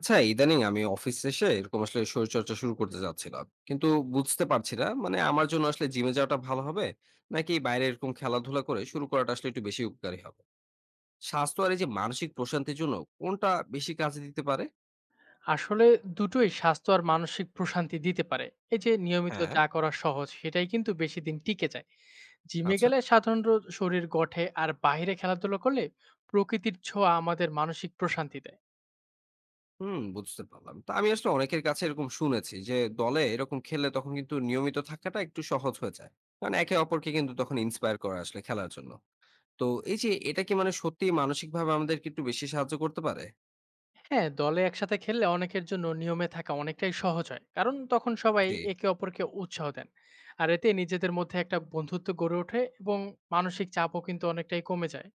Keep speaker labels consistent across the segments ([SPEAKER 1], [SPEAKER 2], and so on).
[SPEAKER 1] আচ্ছা, ইদানিং আমি অফিস শেষে এরকম আসলে শরীরচর্চা শুরু করতে যাচ্ছিলাম, কিন্তু বুঝতে পারছি না মানে আমার জন্য আসলে জিমে যাওয়াটা ভালো হবে নাকি বাইরে এরকম খেলাধুলা করে শুরু করাটা আসলে একটু বেশি উপকারী হবে স্বাস্থ্য আর এই যে মানসিক প্রশান্তির জন্য কোনটা বেশি কাজে দিতে পারে?
[SPEAKER 2] আসলে দুটোই স্বাস্থ্য আর মানসিক প্রশান্তি দিতে পারে। এই যে নিয়মিত
[SPEAKER 1] হ্যাঁ.
[SPEAKER 2] যা করা সহজ সেটাই কিন্তু বেশিদিন টিকে যায়। জিমে
[SPEAKER 1] আচ্ছা.
[SPEAKER 2] গেলে সাধারণত শরীর গঠে আর বাইরে খেলাধুলা করলে প্রকৃতির ছোঁয়া আমাদের মানসিক প্রশান্তি দেয়।
[SPEAKER 1] হুম, বুঝতে পারলাম. তা আমি আসলে অনেকের কাছে এরকম শুনেছি যে দলে এরকম খেললে তখন কিন্তু নিয়মিত থাকাটা একটু সহজ হয়ে যায়, কারণ একে অপরকে কিন্তু তখন ইন্সপায়ার করা আসলে খেলার জন্য. তো এই যে এটা কি মানে সত্যি মানসিক ভাবে আমাদেরকে একটু বেশি সাহায্য করতে পারে?
[SPEAKER 2] হ্যাঁ, দলে একসাথে খেললে অনেকের জন্য নিয়মে থাকা অনেকটাই সহজ হয়। কারণ তখন সবাই
[SPEAKER 1] জি.
[SPEAKER 2] একে অপরকে উৎসাহ দেন। আর এতে নিজেদের মধ্যে একটা বন্ধুত্ব গড়ে ওঠে এবং মানসিক চাপও কিন্তু অনেকটাই কমে যায়।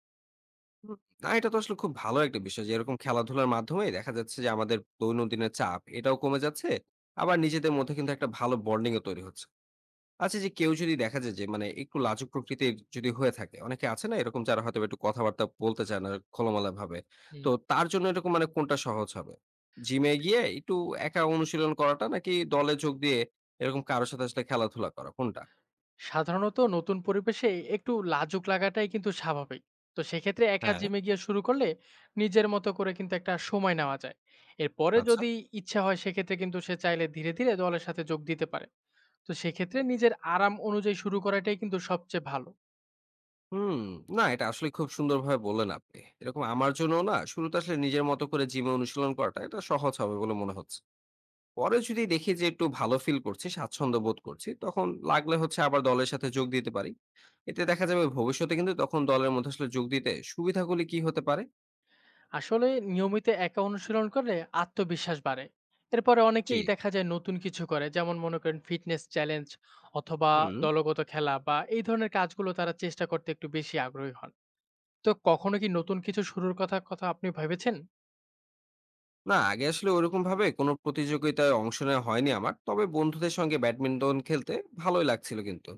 [SPEAKER 1] হুম, না এটা তো আসলে খুব ভালো একটা বিষয় যে এরকম খেলাধুলার মাধ্যমে দেখা যাচ্ছে যে আমাদের দৈনন্দিনের চাপ এটাও কমে যাচ্ছে, আবার নিজেদের মধ্যে কিন্তু একটা ভালো বন্ডিং ও তৈরি হচ্ছে. আচ্ছা, যে কেউ যদি দেখা যায় যে মানে একটু লাজুক প্রকৃতির যদি হয়ে থাকে, অনেকে আছে না এরকম যারা হয়তো একটু কথাবার্তা বলতে চায় না খোলামেলা ভাবে,
[SPEAKER 2] হুম
[SPEAKER 1] তো তার জন্য এরকম মানে কোনটা সহজ হবে? জিমে গিয়ে একটু একা অনুশীলন করাটা নাকি দলে যোগ দিয়ে এরকম কারোর সাথে আসলে খেলাধুলা করা, কোনটা?
[SPEAKER 2] সাধারণত নতুন পরিবেশে একটু লাজুক লাগাটাই কিন্তু স্বাভাবিক। তো সেক্ষেত্রে একা
[SPEAKER 1] হ্যাঁ.
[SPEAKER 2] জিমে গিয়ে শুরু করলে নিজের মতো করে কিন্তু একটা সময় নেওয়া যায়। এরপরে
[SPEAKER 1] আচ্ছা.
[SPEAKER 2] যদি ইচ্ছা হয় সেক্ষেত্রে কিন্তু সে চাইলে ধীরে ধীরে দলের সাথে যোগ দিতে পারে। তো সেক্ষেত্রে নিজের আরাম অনুযায়ী শুরু করাটাই কিন্তু সবচেয়ে ভালো।
[SPEAKER 1] হুম, না এটা আসলে খুব সুন্দরভাবে বললেন আপনি। এরকম আমার জন্যও না শুরুতে আসলে নিজের মতো করে জিমে অনুশীলন করাটা এটা সহজ হবে বলে মনে হচ্ছে। পরে যদি দেখি যে একটু ভালো ফিল করছি, স্বাচ্ছন্দ্য বোধ করছি, তখন লাগলে হচ্ছে আবার দলের সাথে যোগ দিতে পারি। এতে দেখা যাবে ভবিষ্যতে কিন্তু তখন দলের মধ্যে আসলে যোগ দিতে সুবিধাগুলি কি হতে পারে?
[SPEAKER 2] আসলে নিয়মিত একা অনুশীলন করলে আত্মবিশ্বাস বাড়ে। এরপরে
[SPEAKER 1] জি।
[SPEAKER 2] অনেকেই দেখা যায় নতুন কিছু করে, যেমন মনে করেন ফিটনেস চ্যালেঞ্জ অথবা
[SPEAKER 1] হুম।
[SPEAKER 2] দলগত খেলা বা এই ধরনের কাজগুলো তারা চেষ্টা করতে একটু বেশি আগ্রহী হন। তো কখনো কি নতুন কিছু শুরুর কথা কথা আপনি ভেবেছেন?
[SPEAKER 1] না, আগে আসলে ওরকম ভাবে কোনো প্রতিযোগিতায় অংশ নেওয়া হয়নি আমার। তবে বন্ধুদের সঙ্গে ব্যাডমিন্টন খেলতে ভালোই লাগছিল কিন্তু।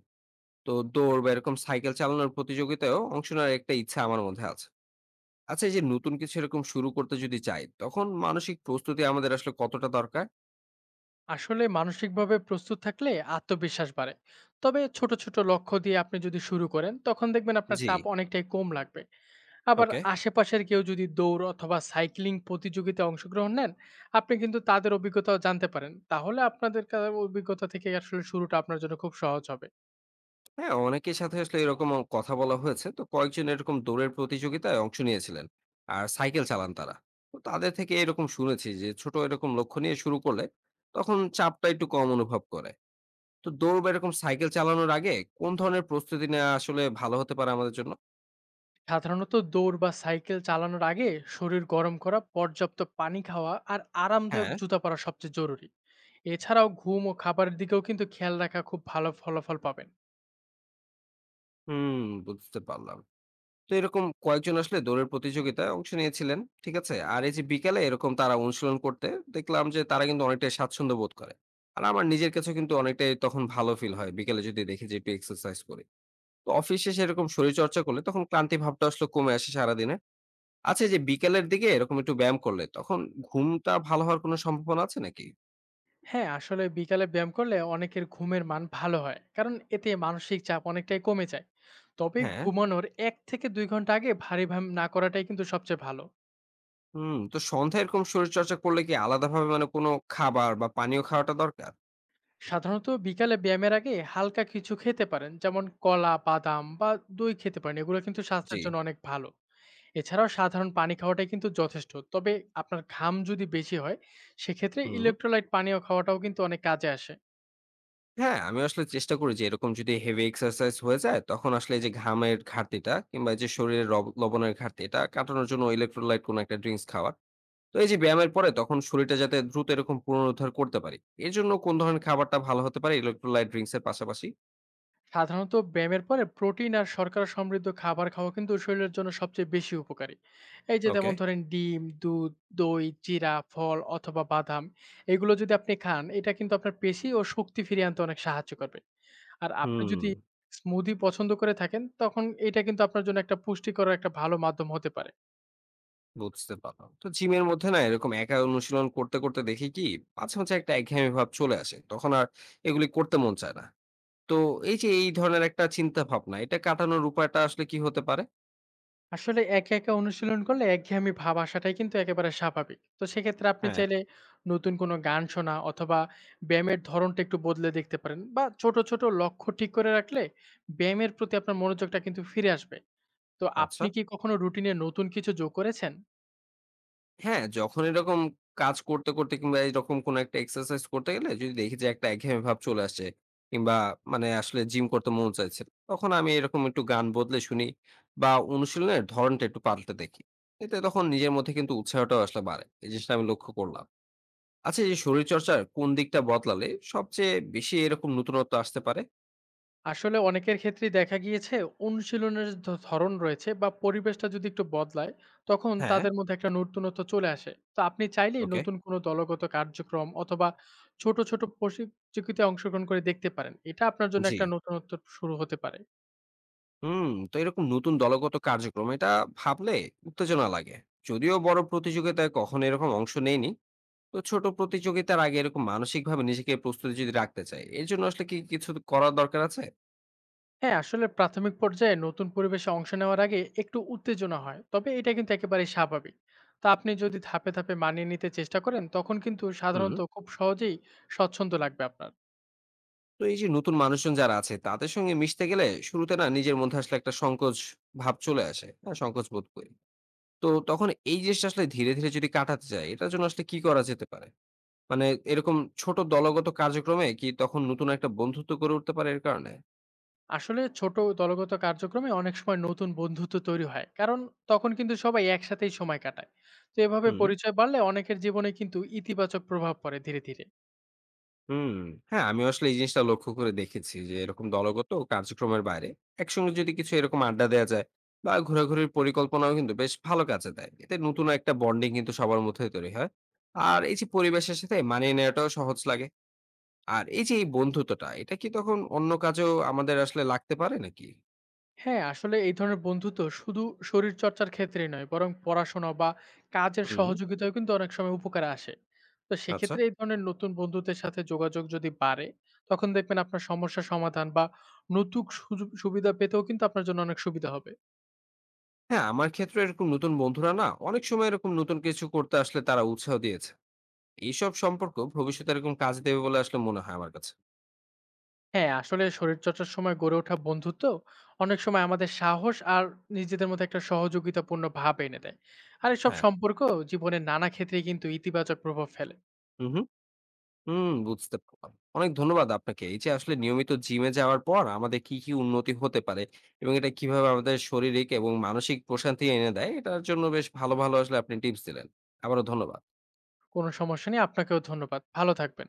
[SPEAKER 1] তো দৌড় বা এরকম সাইকেল চালানোর প্রতিযোগিতায়ও অংশ নেওয়ার একটা ইচ্ছা আমার মধ্যে আছে। আচ্ছা, এই যে নতুন কিছু এরকম শুরু করতে যদি চাই তখন মানসিক প্রস্তুতি আমাদের আসলে কতটা দরকার?
[SPEAKER 2] আসলে মানসিকভাবে প্রস্তুত থাকলে আত্মবিশ্বাস বাড়ে। তবে ছোট, ছোট লক্ষ্য দিয়ে আপনি যদি শুরু করেন, তখন দেখবেন আপনার
[SPEAKER 1] জি.
[SPEAKER 2] চাপ অনেকটাই কম লাগবে। আবার
[SPEAKER 1] ওকে.
[SPEAKER 2] আশেপাশের কেউ যদি দৌড় অথবা সাইক্লিং প্রতিযোগিতায় অংশগ্রহণ নেন, আপনি কিন্তু তাদের অভিজ্ঞতাও জানতে পারেন। তাহলে আপনাদের কা অভিজ্ঞতা থেকে আসলে শুরুটা আপনার জন্য খুব সহজ হবে।
[SPEAKER 1] হ্যাঁ, অনেকের সাথে আসলে এরকম কথা বলা হয়েছে. তো কয়েকজন এরকম দৌড়ের প্রতিযোগিতায় অংশ নিয়েছিলেন আর সাইকেল চালান তারা. তো তাদের থেকে এরকম শুনেছি যে ছোট এরকম লক্ষ্য নিয়ে শুরু করলে তখন চাপটা একটু কম অনুভব করে. তো দৌড় বা এরকম সাইকেল চালানোর আগে কোন ধরনের প্রস্তুতি নেওয়া আসলে ভালো হতে পারে আমাদের জন্য?
[SPEAKER 2] সাধারণত দৌড় বা সাইকেল চালানোর আগে শরীর গরম করা, পর্যাপ্ত পানি খাওয়া আর আরামদায়ক
[SPEAKER 1] হ্যাঁ.
[SPEAKER 2] জুতা পরা সবচেয়ে জরুরি। এছাড়াও ঘুম ও খাবারের দিকেও কিন্তু খেয়াল রাখা, খুব ভালো ফলাফল পাবেন।
[SPEAKER 1] হুম, বুঝতে পারলাম. তো এরকম কয়েকজন আসলে দৌড়ের প্রতিযোগিতায় অংশ নিয়েছিলেন। ঠিক আছে? আর এই যে বিকালে এরকম তারা অনুশীলন করতে দেখলাম যে তারা কিন্তু অনেকটাই স্বাচ্ছন্দ্য বোধ করে। আর আমার নিজের কাছেও কিন্তু অনেকটাই তখন ভালো ফিল হয়। বিকেলে যদি দেখি যে একটু এক্সারসাইজ করি। তো অফিস শেষে এরকম শরীরচর্চা করলে তখন ক্লান্তি ভাবটা আসলে কমে আসে সারাদিনে। আচ্ছা, এই যে বিকেলের দিকে এরকম একটু ব্যায়াম করলে তখন ঘুমটা ভালো হওয়ার কোনো সম্ভাবনা আছে নাকি?
[SPEAKER 2] হ্যাঁ, আসলে বিকালে ব্যায়াম করলে অনেকের ঘুমের মান ভালো হয়, কারণ এতে মানসিক চাপ অনেকটাই কমে যায়। তবে
[SPEAKER 1] হ্যাঁ।
[SPEAKER 2] ঘুমানোর এক থেকে দুই ঘন্টা আগে ভারী ব্যায়াম না করাটাই কিন্তু সবচেয়ে ভালো।
[SPEAKER 1] হুম, তো সন্ধ্যায় এরকম শরীরচর্চা করলে কি আলাদাভাবে মানে কোনো খাবার বা পানীয় খাওয়াটা দরকার?
[SPEAKER 2] সাধারণত বিকালে ব্যায়ামের আগে হালকা কিছু খেতে পারেন, যেমন কলা, বাদাম বা দই খেতে পারেন, এগুলো কিন্তু
[SPEAKER 1] জি।
[SPEAKER 2] স্বাস্থ্যের জন্য অনেক ভালো। এছাড়াও সাধারণ পানি খাওয়াটাই কিন্তু যথেষ্ট, তবে আপনার ঘাম যদি বেশি হয়, সেক্ষেত্রে
[SPEAKER 1] হুম।
[SPEAKER 2] ইলেকট্রোলাইট পানীয় খাওয়াটাও কিন্তু অনেক কাজে আসে।
[SPEAKER 1] হ্যাঁ, আমি আসলে চেষ্টা করি যে এরকম যদি হেভি এক্সারসাইজ হয়ে যায়, তখন আসলে এই যে ঘামের ঘাটতিটা কিংবা এই যে শরীরে রব লবণের ঘাটতি এটা কাটানোর জন্য ইলেক্ট্রোলাইট কোনো একটা ড্রিংকস খাওয়া। তো এই যে ব্যায়ামের পরে তখন শরীরটা যাতে দ্রুত এরকম পুনরুদ্ধার করতে পারি। এজন্য কোন ধরনের খাবারটা ভালো হতে পারে ইলেক্ট্রোলাইট ড্রিংকস এর পাশাপাশি?
[SPEAKER 2] সাধারণত ব্যায়ামের পরে প্রোটিন আর শর্করা সমৃদ্ধ খাবার খাওয়া কিন্তু শরীরের জন্য সবচেয়ে বেশি উপকারী। এই যে
[SPEAKER 1] ওকে।
[SPEAKER 2] যেমন ধরেন ডিম, দুধ, দই, জিরা, ফল অথবা বাদাম, এগুলো যদি আপনি খান, এটা কিন্তু আপনার পেশি ও শক্তি ফিরিয়ে আনতে অনেক সাহায্য করবে। আর আপনি
[SPEAKER 1] হুম,
[SPEAKER 2] যদি স্মুদি পছন্দ করে থাকেন, তখন এটা কিন্তু আপনার জন্য একটা পুষ্টিকর, একটা ভালো মাধ্যম হতে পারে।
[SPEAKER 1] বুঝতে পারলাম। তো জিমের মধ্যে না এরকম একা অনুশীলন করতে, করতে দেখি কি মাঝে, মাঝে একটা একঘেয়েমি ভাব চলে আসে। তখন আর এগুলি করতে মন চায় না। তো এই যে এই ধরনের একটা চিন্তা ভাবনা এটা কাটানোর উপায়টা আসলে কি হতে পারে?
[SPEAKER 2] আসলে একা, একা অনুশীলন করলে একঘেয়েমি ভাব আসাটাই কিন্তু একেবারে স্বাভাবিক। তো সেক্ষেত্রে আপনি
[SPEAKER 1] হ্যাঁ।
[SPEAKER 2] চাইলে নতুন কোনো গান শোনা অথবা ব্যায়ামের ধরনটা একটু বদলে দেখতে পারেন, বা ছোট, ছোট লক্ষ্য ঠিক করে রাখলে ব্যায়ামের প্রতি আপনার মনোযোগটা কিন্তু ফিরে আসবে। তো
[SPEAKER 1] আচ্ছা।
[SPEAKER 2] আপনি কি কখনো রুটিনে নতুন কিছু যোগ করেছেন?
[SPEAKER 1] হ্যাঁ, যখন এরকম কাজ করতে, করতে কিংবা এরকম কোনো একটা এক্সারসাইজ করতে গেলে যদি দেখি যে একটা একঘেয়েমি ভাব চলে আসছে, কিংবা মানে আসলে জিম করতে মন চাইছে না, তখন আমি এরকম একটু গান বদলে শুনি বা অনুশীলনের ধরনটা একটু পাল্টে দেখি। এতে তখন নিজের মধ্যে কিন্তু উৎসাহটাও আসলে বাড়ে। এই জিনিসটা আমি লক্ষ্য করলাম। আচ্ছা, এই যে শরীরচর্চার কোন দিকটা বদলালে সবচেয়ে বেশি এরকম নতুনত্ব আসতে পারে?
[SPEAKER 2] আসলে অনেকের ক্ষেত্রেই দেখা গিয়েছে অনুশীলনের ধরন রয়েছে বা পরিবেশটা যদি একটু বদলায়, তখন
[SPEAKER 1] হ্যাঁ,
[SPEAKER 2] তাদের মধ্যে একটা নতুনত্ব চলে আসে। তো আপনি চাইলেই
[SPEAKER 1] ওকে।
[SPEAKER 2] নতুন কোনো দলগত কার্যক্রম অথবা ছোট ছোট প্রতিযোগিতায় অংশগ্রহণ করে দেখতে পারেন, এটা আপনার জন্য
[SPEAKER 1] জি।
[SPEAKER 2] একটা নতুনত্ব শুরু হতে পারে।
[SPEAKER 1] হুম. তো এরকম নতুন দলগত কার্যক্রম এটা ভাবলে উত্তেজনা লাগে, যদিও বড় প্রতিযোগিতায় কখনো এরকম অংশ নেয়নি. তো ছোট প্রতিযোগিতার আগে এরকম মানসিক ভাবে নিজেকে প্রস্তুতি যদি রাখতে চাই এর জন্য আসলে কি কিছু করার দরকার আছে?
[SPEAKER 2] হ্যাঁ, আসলে প্রাথমিক পর্যায়ে নতুন পরিবেশে অংশ নেওয়ার আগে একটু উত্তেজনা হয়, তবে এটা কিন্তু একেবারেই স্বাভাবিক। তা আপনি যদি ধাপে ধাপে মানিয়ে নিতে চেষ্টা করেন, তখন কিন্তু
[SPEAKER 1] হুম.
[SPEAKER 2] সাধারণত খুব সহজেই স্বচ্ছন্দ লাগবে আপনার।
[SPEAKER 1] তো এই যে নতুন মানুষজন যারা আছে তাদের সঙ্গে মিশতে গেলে শুরুতে না নিজের মধ্যে আসলে একটা সংকোচ ভাব চলে আসে, হ্যাঁ সংকোচ বোধ করি. তো তখন এই জিনিসটা আসলে ধীরে ধীরে যদি কাটাতে চাই এটার জন্য আসলে কি করা যেতে পারে? মানে এরকম ছোট দলগত কার্যক্রমে কি তখন নতুন একটা বন্ধুত্ব গড়ে উঠতে পারে এর কারণে?
[SPEAKER 2] আসলে ছোট দলগত কার্যক্রমে অনেক সময় নতুন বন্ধুত্ব তৈরি হয়, কারণ তখন কিন্তু সবাই একসাথেই সময় কাটায়। তো এভাবে
[SPEAKER 1] হুম.
[SPEAKER 2] পরিচয় বাড়লে অনেকের জীবনে কিন্তু ইতিবাচক প্রভাব পড়ে ধীরে ধীরে।
[SPEAKER 1] হুম। হ্যাঁ, আমিও আসলে এই জিনিসটা লক্ষ্য করে দেখেছি যে এরকম দলগত কার্যক্রমের বাইরে একসঙ্গে যদি কিছু এরকম আড্ডা দেয়া যায় বা ঘোরাঘুরির পরিকল্পনাও কিন্তু বেশ ভালো কাজে দেয়। এতে নতুন একটা বন্ডিং কিন্তু সবার মধ্যে তৈরি হয়। আর এই যে পরিবেশের সাথে মানিয়ে নেওয়াটাও সহজ লাগে। আর এই যে এই বন্ধুত্বটা এটা কি তখন অন্য কাজেও আমাদের আসলে লাগতে পারে নাকি?
[SPEAKER 2] হ্যাঁ, আসলে এই ধরনের বন্ধুত্ব শুধু শরীর চর্চার ক্ষেত্রে নয়, বরং পড়াশোনা বা কাজের
[SPEAKER 1] হুম।
[SPEAKER 2] সহযোগিতায় কিন্তু অনেক সময় উপকারে আসে। তো
[SPEAKER 1] আচ্ছা।
[SPEAKER 2] সেক্ষেত্রে এই ধরনের নতুন বন্ধুদের সাথে যোগাযোগ যদি বাড়ে, তখন দেখবেন আপনার সমস্যা সমাধান বা নতুন সুযোগ- সুবিধা পেতেও কিন্তু আপনার জন্য অনেক সুবিধা হবে।
[SPEAKER 1] হ্যাঁ, আমার ক্ষেত্রে এরকম নতুন বন্ধুরা না অনেক সময় এরকম নতুন কিছু করতে আসলে তারা উৎসাহ দিয়েছে। এইসব সম্পর্ক ভবিষ্যতে এরকম কাজ দেবে বলে আসলে মনে হয় আমার কাছে।
[SPEAKER 2] হ্যাঁ, আসলে শরীরচর্চার সময় গড়ে ওঠা বন্ধুত্ব অনেক সময় আমাদের সাহস আর নিজেদের মধ্যে একটা সহযোগিতাপূর্ণ ভাব এনে দেয়। আর এসব
[SPEAKER 1] হ্যাঁ।
[SPEAKER 2] সম্পর্ক জীবনের নানা ক্ষেত্রেই কিন্তু ইতিবাচক প্রভাব ফেলে।
[SPEAKER 1] হু, হু। হুম, বুঝতে পারলাম। অনেক ধন্যবাদ আপনাকে। এই যে আসলে নিয়মিত জিমে যাওয়ার পর আমাদের কি, কি উন্নতি হতে পারে এবং এটা কিভাবে আমাদের শারীরিক এবং মানসিক প্রশান্তি এনে দেয়, এটার জন্য বেশ ভালো, ভালো আসলে আপনি টিপস দিলেন। আবারও ধন্যবাদ।
[SPEAKER 2] কোনো সমস্যা নেই, আপনাকেও ধন্যবাদ। ভালো থাকবেন।